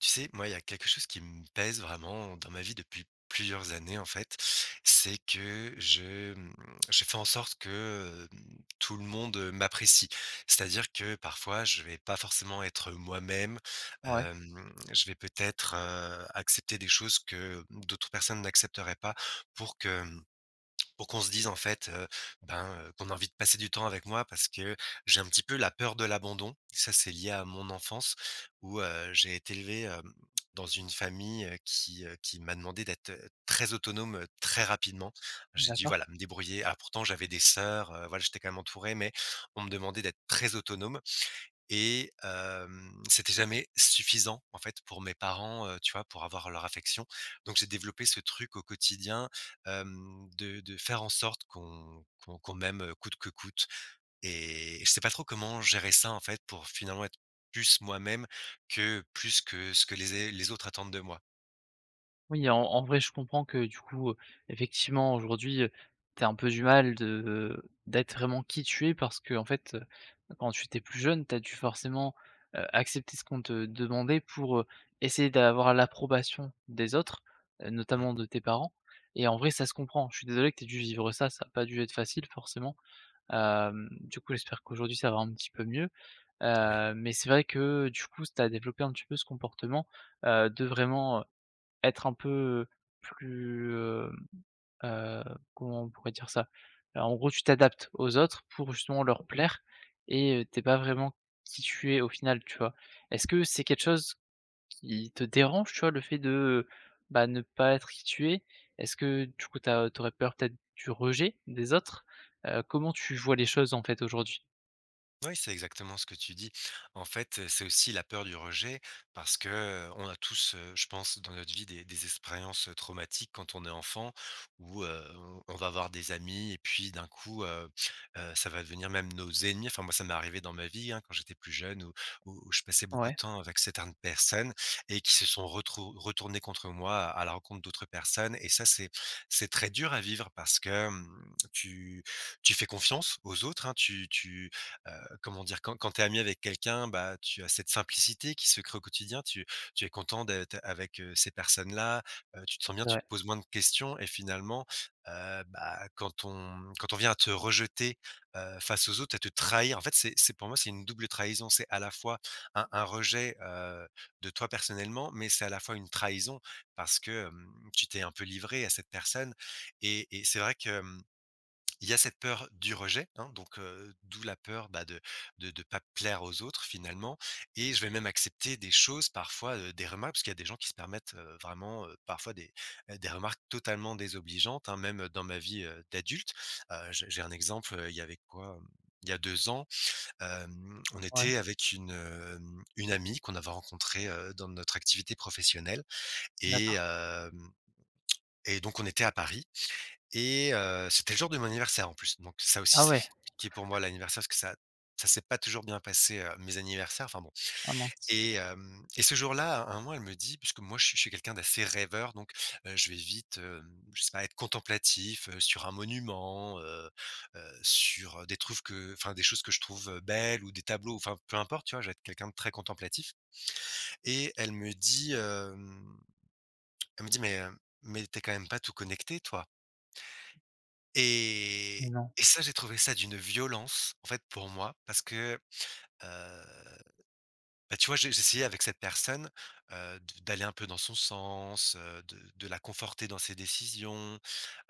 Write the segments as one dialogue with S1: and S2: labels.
S1: Tu sais, moi, il y a quelque chose qui me pèse vraiment dans ma vie depuis plusieurs années, en fait. C'est que je fais en sorte que tout le monde m'apprécie. C'est-à-dire que parfois, je vais pas forcément être moi-même.
S2: Ouais,
S1: euh, je vais peut-être accepter des choses que d'autres personnes n'accepteraient pas pour pour qu'on se dise en fait, qu'on a envie de passer du temps avec moi parce que j'ai un petit peu la peur de l'abandon. Ça, c'est lié à mon enfance où, j'ai été élevé, dans une famille, qui m'a demandé d'être, très autonome, très rapidement. J'ai dû,
S2: d'accord.
S1: voilà, me débrouiller. Alors pourtant j'avais des sœurs, voilà, j'étais quand même entouré, mais on me demandait d'être très autonome et c'était jamais suffisant, en fait, pour mes parents, tu vois, pour avoir leur affection. Donc j'ai développé ce truc au quotidien, de faire en sorte qu'on m'aime, coûte que coûte, et je sais pas trop comment gérer ça, en fait, pour finalement être plus moi-même que plus que ce que les autres attendent de moi.
S2: Oui, en vrai, je comprends que du coup, effectivement, aujourd'hui, tu un peu du mal de d'être vraiment qui tu es parce que en fait, quand tu étais plus jeune, t'as dû forcément, accepter ce qu'on te demandait pour, essayer d'avoir l'approbation des autres,
S1: Mmh,
S2: notamment de tes parents. Et en vrai, ça se comprend. Je suis désolé que t'aies dû vivre ça, ça n'a pas dû être facile forcément. Du coup, j'espère qu'aujourd'hui, ça va un petit peu mieux,
S1: oui.
S2: mais c'est vrai que du coup, t'as développé un petit peu ce comportement, de vraiment, être un peu plus, heu, comment on pourrait dire ça? En gros, tu t'adaptes aux autres pour justement leur plaire et tu pas vraiment qui tu es au final, tu vois? Est-ce que c'est quelque chose qui te dérange, tu vois, le fait de, bah, ne pas être qui tu es? Est-ce que du coup, tu as peur peut-être du rejet des autres? Comment tu vois les choses en fait aujourd'hui?
S1: Oui, c'est exactement ce que tu dis. En fait, c'est aussi la peur du rejet parce que, on a tous, je pense, dans notre vie des expériences, traumatiques quand on est enfant où, on va avoir des amis et puis d'un coup, ça va devenir même nos ennemis. Enfin, moi, ça m'est arrivé dans ma vie, hein, quand j'étais plus jeune où où je passais beaucoup de
S2: Ouais,
S1: temps avec certaines personnes et qui se sont retrou retournées contre moi à la rencontre d'autres personnes, et ça, c'est très dur à vivre parce que, tu tu fais confiance aux autres, hein, tu tu comment dire? Quand tu es ami avec quelqu'un, bah, tu as cette simplicité qui se crée au quotidien. Tu es content d'être avec, ces personnes-là, tu te sens bien,
S2: c'est
S1: tu
S2: vrai.
S1: te poses moins de questions, et finalement, bah, quand on quand on vient à te rejeter, face aux autres, à te trahir, en fait, c'est pour moi, c'est une double trahison. C'est à la fois un rejet, de toi personnellement, mais c'est à la fois une trahison parce que, tu t'es un peu livré à cette personne, et c'est vrai que, il y a cette peur du rejet, hein, donc d'où la peur, bah, de de pas plaire aux autres finalement, et je vais même accepter des choses parfois, des remarques, parce qu'il y a des gens qui se permettent, vraiment, des remarques totalement désobligeantes, hein, même dans ma vie, d'adulte. J'ai un exemple, il y avait quoi, il y a 2 ans, on
S2: Ouais,
S1: était avec une, une amie qu'on avait rencontrée, dans notre activité professionnelle, et
S2: d'accord.
S1: hem et donc on était à Paris, et c'était le jour de mon anniversaire en plus, donc ça aussi
S2: Ah
S1: c'est
S2: ouais!
S1: compliqué pour moi l'anniversaire parce que ça s'est pas toujours bien passé, mes anniversaires, enfin bon.
S2: Ah mince.
S1: Et ce jour-là, à un moment, elle me dit, puisque moi je suis quelqu'un d'assez rêveur donc, je vais vite, je sais pas, être contemplatif, sur un monument, sur des trucs que, enfin des choses que je trouve, belles, ou des tableaux, enfin peu importe, tu vois? Je vais être quelqu'un de très contemplatif, et elle me dit, elle me dit: mais t'es quand même pas tout connecté toi?»
S2: Mais
S1: Et
S2: non,
S1: et ça, j'ai trouvé ça d'une violence, en fait, pour moi, parce que, heu, bah, tu vois, j'essayais avec cette personne, de d'aller un peu dans son sens, de la conforter dans ses décisions,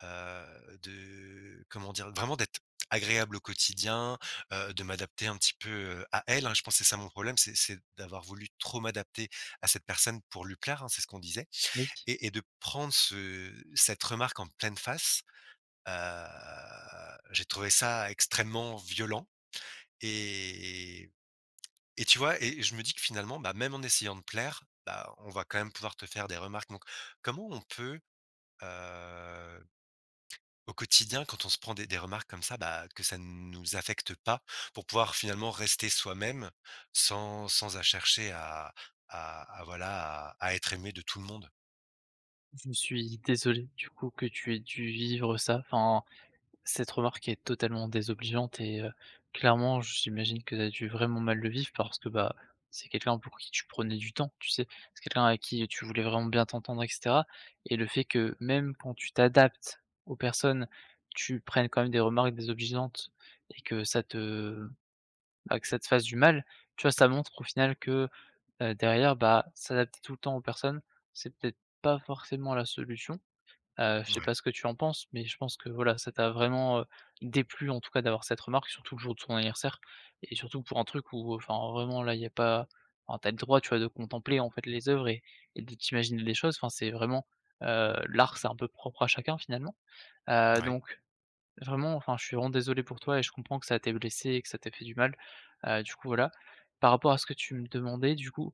S1: de, comment dire? Vraiment d'être agréable au quotidien, de m'adapter un petit peu, à elle, hein. Je pense que c'est ça mon problème, c'est d'avoir voulu trop m'adapter à cette personne pour lui plaire, hein, c'est ce qu'on disait,
S2: oui.
S1: et de prendre ce cette remarque en pleine face. J'ai trouvé ça extrêmement violent, et et tu vois? Et je me dis que finalement, bah, même en essayant de plaire, bah, on va quand même pouvoir te faire des remarques, donc comment on peut, heu, au quotidien, quand on se prend des remarques comme ça, bah, que ça ne nous affecte pas pour pouvoir finalement rester soi-même sans à chercher à à voilà, à être aimé de tout le monde?
S2: Je suis désolé du coup que tu aies dû vivre ça. Enfin, cette remarque est totalement désobligeante et clairement, j'imagine que tu as dû vraiment mal le vivre parce que, bah, c'est quelqu'un pour qui tu prenais du temps, tu sais? C'est quelqu'un avec qui tu voulais vraiment bien t'entendre et cetera, et le fait que même quand tu t'adaptes aux personnes, tu prennes quand même des remarques désobligeantes et que que ça te fasse du mal, tu vois? Ça montre au final que, derrière, bah, s'adapter tout le temps aux personnes, c'est peut-être pas forcément la solution. Je sais
S1: Ouais,
S2: pas ce que tu en penses, mais je pense que voilà, ça t'a vraiment, déplu en tout cas d'avoir cette remarque, surtout le jour de son anniversaire et surtout pour un truc où enfin vraiment là, il y a pas enfin tu le droit, tu vois, de contempler en fait les œuvres et de t'imaginer des choses. Enfin, c'est vraiment, l'art, c'est un peu propre à chacun finalement. Heu,
S1: ouais,
S2: donc Vraiment, enfin, je suis vraiment désolé pour toi et je comprends que ça t'ait blessé et que ça t'ait fait du mal. Du coup voilà. Par rapport à ce que tu me demandais du coup,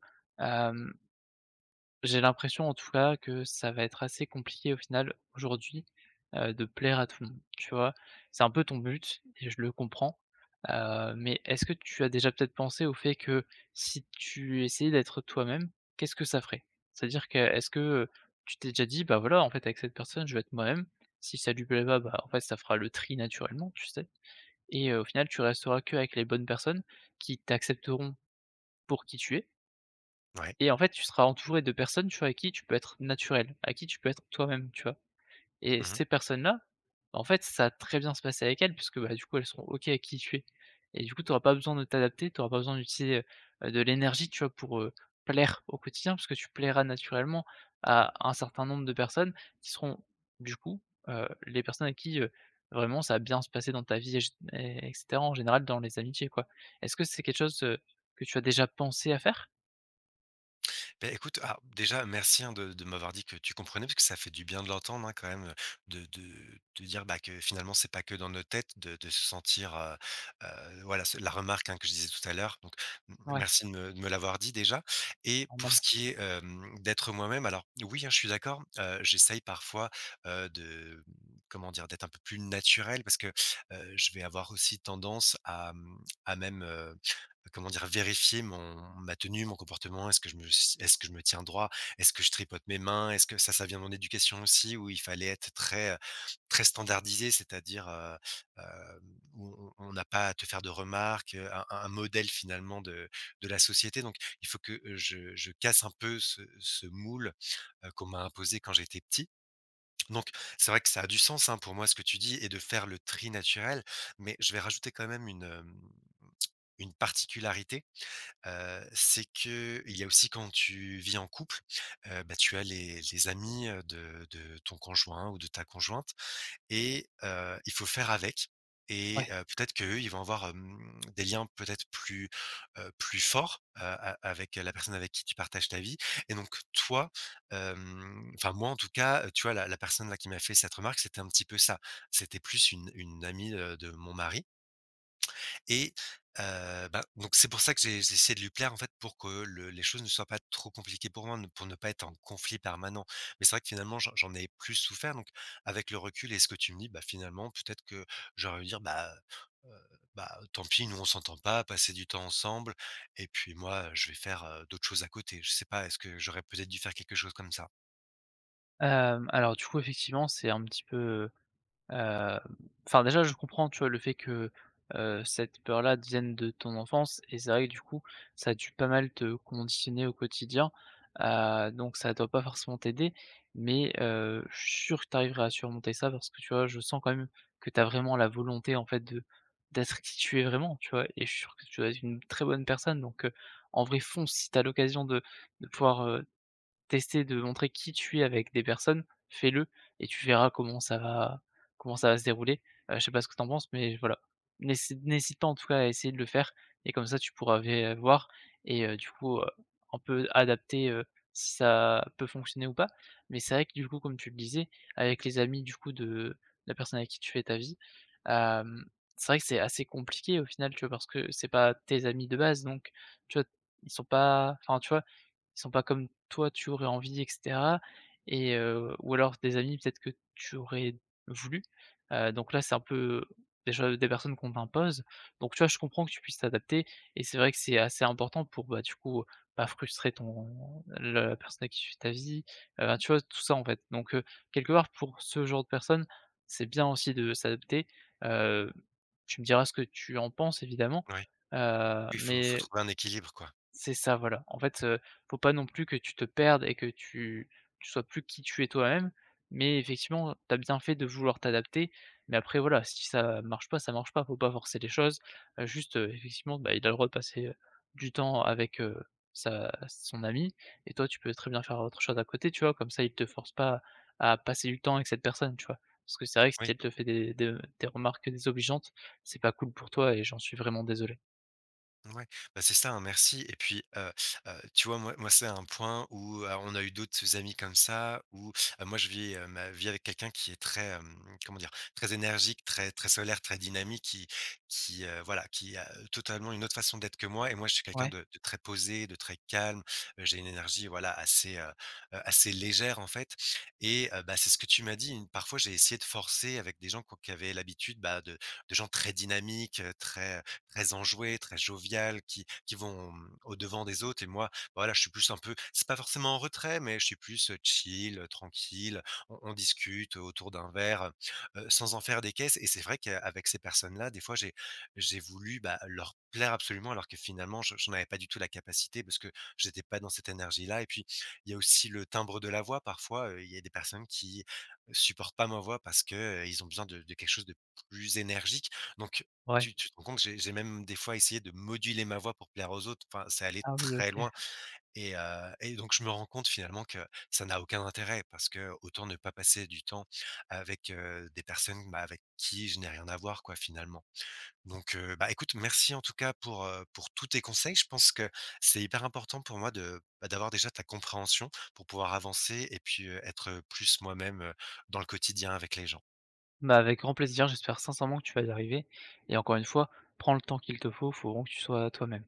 S2: j'ai l'impression en tout cas que ça va être assez compliqué au final aujourd'hui, de plaire à tout le monde, tu vois? C'est un peu ton but et je le comprends, mais est-ce que tu as déjà peut-être pensé au fait que si tu essayais d'être toi-même, qu'est-ce que ça ferait? C'est-à-dire que est-ce que, tu t'es déjà dit: «Bah, voilà, en fait, avec cette personne, je vais être moi-même. Si ça lui plaît pas, bah, en fait, ça fera le tri naturellement», tu sais? Et au final, tu resteras que avec les bonnes personnes qui t'accepteront pour qui tu es,
S1: ouais.
S2: et en fait, tu seras entouré de personnes, tu vois, avec qui tu peux être naturel, à qui tu peux être toi-même, tu vois? Et
S1: Mmh.
S2: ces personnes-là, en fait, ça a très bien se passer avec elles puisque, bah, du coup, elles seront OK avec qui tu es et du coup, tu auras pas besoin de t'adapter, tu auras pas besoin d'utiliser, de l'énergie, tu vois, pour, plaire au quotidien parce que tu plairas naturellement à un certain nombre de personnes qui seront, du coup, les personnes à qui, vraiment ça a bien se passer dans ta vie et gé et en général dans les amitiés, quoi. Est-ce que c'est quelque chose, que tu as déjà pensé à faire?
S1: Beh, écoute, alors, déjà, merci hein, de m'avoir dit que tu comprenais, parce que ça fait du bien de l'entendre hein, quand même, de, de, de dire bah, que finalement, c'est pas que dans nos têtes, de se sentir, voilà, la remarque hein, que je disais tout à l'heure. Donc,
S2: Ouais,
S1: merci de de me l'avoir dit déjà.
S2: c'est
S1: Et pour
S2: normal,
S1: ce qui est d'être moi-même, alors oui, hein, je suis d'accord, j'essaye parfois euh, de, comment dire, d'être un peu plus naturel, parce que je vais avoir aussi tendance à même, comment dire? Vérifier mon ma tenue, mon comportement. Est-ce que je me tiens droit? Est-ce que je tripote mes mains? Est-ce que ça vient de mon éducation aussi où il fallait être très, très standardisé, c'est-à-dire, hem, où on n'a pas à te faire de remarques, un modèle finalement de la société. Donc il faut que, je casse un peu ce moule, qu'on m'a imposé quand j'étais petit. Donc c'est vrai que ça a du sens, hein, pour moi ce que tu dis et de faire le tri naturel. Mais je vais rajouter quand même une, une particularité. C'est que il y a aussi quand tu vis en couple, bah, tu as les amis, de ton conjoint ou de ta conjointe, et il faut faire avec, et
S2: ouais.
S1: peut-être qu'eux, ils vont avoir, des liens peut-être plus, plus forts, a avec la personne avec qui tu partages ta vie, et donc toi, enfin moi en tout cas, tu vois la personne là qui m'a fait cette remarque, c'était un petit peu ça. C'était plus une amie, de mon mari, et bah, donc c'est pour ça que j'ai essayé de lui plaire, en fait, pour que le les choses ne soient pas trop compliquées pour moi, ne pour ne pas être en conflit permanent. Mais c'est vrai que finalement, j'en ai plus souffert, donc avec le recul et ce que tu me dis, bah, finalement, peut-être que j'aurais dû dire: «Bah, heu, bah, tant pis, nous on s'entend pas, passer du temps ensemble et puis moi, je vais faire, d'autres choses à côté». Je sais pas, est-ce que j'aurais peut-être dû faire quelque chose comme ça?
S2: Alors du coup, effectivement, c'est un petit peu, heu, enfin déjà, je comprends, tu vois, le fait que, cette peur-là vienne de ton enfance et c'est vrai que du coup, ça a dû pas mal te conditionner au quotidien, donc ça doit pas forcément t'aider. Mais, je suis sûr que tu arriveras à surmonter ça parce que, tu vois, je sens quand même que tu as vraiment la volonté, en fait, de d'être qui tu es vraiment, tu vois? Et je suis sûr que tu dois être une très bonne personne donc, en vrai, fonce si tu as l'occasion de pouvoir, tester de montrer qui tu es avec des personnes, fais-le et tu verras comment ça va se dérouler. Je sais pas ce que t'en penses, mais voilà. N'hésite pas en tout cas à essayer de le faire et comme ça tu pourras vé voir et un peu adapter, si ça peut fonctionner ou pas. Mais c'est vrai que du coup, comme tu le disais, avec les amis du coup de la personne avec qui tu fais ta vie, hem, c'est vrai que c'est assez compliqué au final, tu vois? Parce que c'est pas tes amis de base donc tu vois? Ils sont pas enfin tu vois? Ils sont pas comme toi tu aurais envie et cetera et ou alors des amis peut-être que tu aurais voulu. Donc là, c'est un peu déjà des personnes qu'on t'impose. Donc tu vois, je comprends que tu puisses t'adapter et c'est vrai que c'est assez important pour, bah, du coup, pas frustrer ton la personne avec qui tu vis ta vie, tu vois? Tout ça, en fait. Donc quelque part pour ce genre de personnes, c'est bien aussi de s'adapter. Heu, Tu me diras ce que tu en penses évidemment,
S1: Ouais. Oui, il faut faut
S2: mais
S1: trouver un équilibre, quoi.
S2: c'est ça, voilà. En fait, faut pas non plus que tu te perdes et que tu sois plus qui tu es toi-même, mais effectivement, t'as bien fait de vouloir t'adapter, mais après voilà, si ça marche pas, ça marche pas, faut pas forcer les choses. Juste, effectivement, bah, il a le droit de passer, du temps avec, sa son ami et toi, tu peux très bien faire autre chose à côté, tu vois? Comme ça, il te force pas à passer du temps avec cette personne, tu vois? Parce que c'est vrai que si
S1: Oui.
S2: elle te fait des remarques désobligeantes, c'est pas cool pour toi et j'en suis vraiment désolé.
S1: Ouais, bah, c'est ça, hein, merci, et puis, tu vois, moi, c'est un point où, on a eu d'autres amis comme ça, où, moi, je vis, ma vie avec quelqu'un qui est très, comment dire? Très énergique, très très solaire, très dynamique, voilà, qui a totalement une autre façon d'être que moi, et moi, je suis quelqu'un
S2: Ouais?
S1: de très posé, de très calme, j'ai une énergie, voilà, assez, assez légère, en fait, et bah, c'est ce que tu m'as dit, une parfois, j'ai essayé de forcer avec des gens quoi qui avaient l'habitude, bah, de gens très dynamiques, très enjouées, très joviales, qui vont, mmh, au-devant des autres, et moi, bah, voilà, je suis plus un peu, c'est pas forcément en retrait, mais je suis plus, chill, tranquille. On discute autour d'un verre, sans en faire des caisses, et c'est vrai qu'avec ces personnes-là, des fois, j'ai voulu, bah, leur plaire absolument alors que finalement je j'en avais pas du tout la capacité parce que j'étais pas dans cette énergie-là, et puis il y a aussi le timbre de la voix parfois, il y a des personnes qui supportent pas ma voix parce que, ils ont besoin de quelque chose de plus énergique, donc
S2: Ouais.
S1: tu te rends compte, que j'ai même des fois essayé de moduler ma voix pour plaire aux autres, enfin, c'est allé
S2: Ah oui,
S1: très
S2: OK.
S1: loin, et donc je me rends compte finalement que ça n'a aucun intérêt parce que autant ne pas passer du temps avec, des personnes, bah, avec qui je n'ai rien à voir quoi finalement. Donc bah, écoute, merci en tout cas pour tous tes conseils. Je pense que c'est hyper important pour moi de, bah, d'avoir déjà ta compréhension pour pouvoir avancer et puis, être plus moi-même, dans le quotidien avec les gens.
S2: Bah, avec grand plaisir, j'espère sincèrement que tu vas y arriver et encore une fois, prends le temps qu'il te faut, faut vraiment que tu sois toi-même.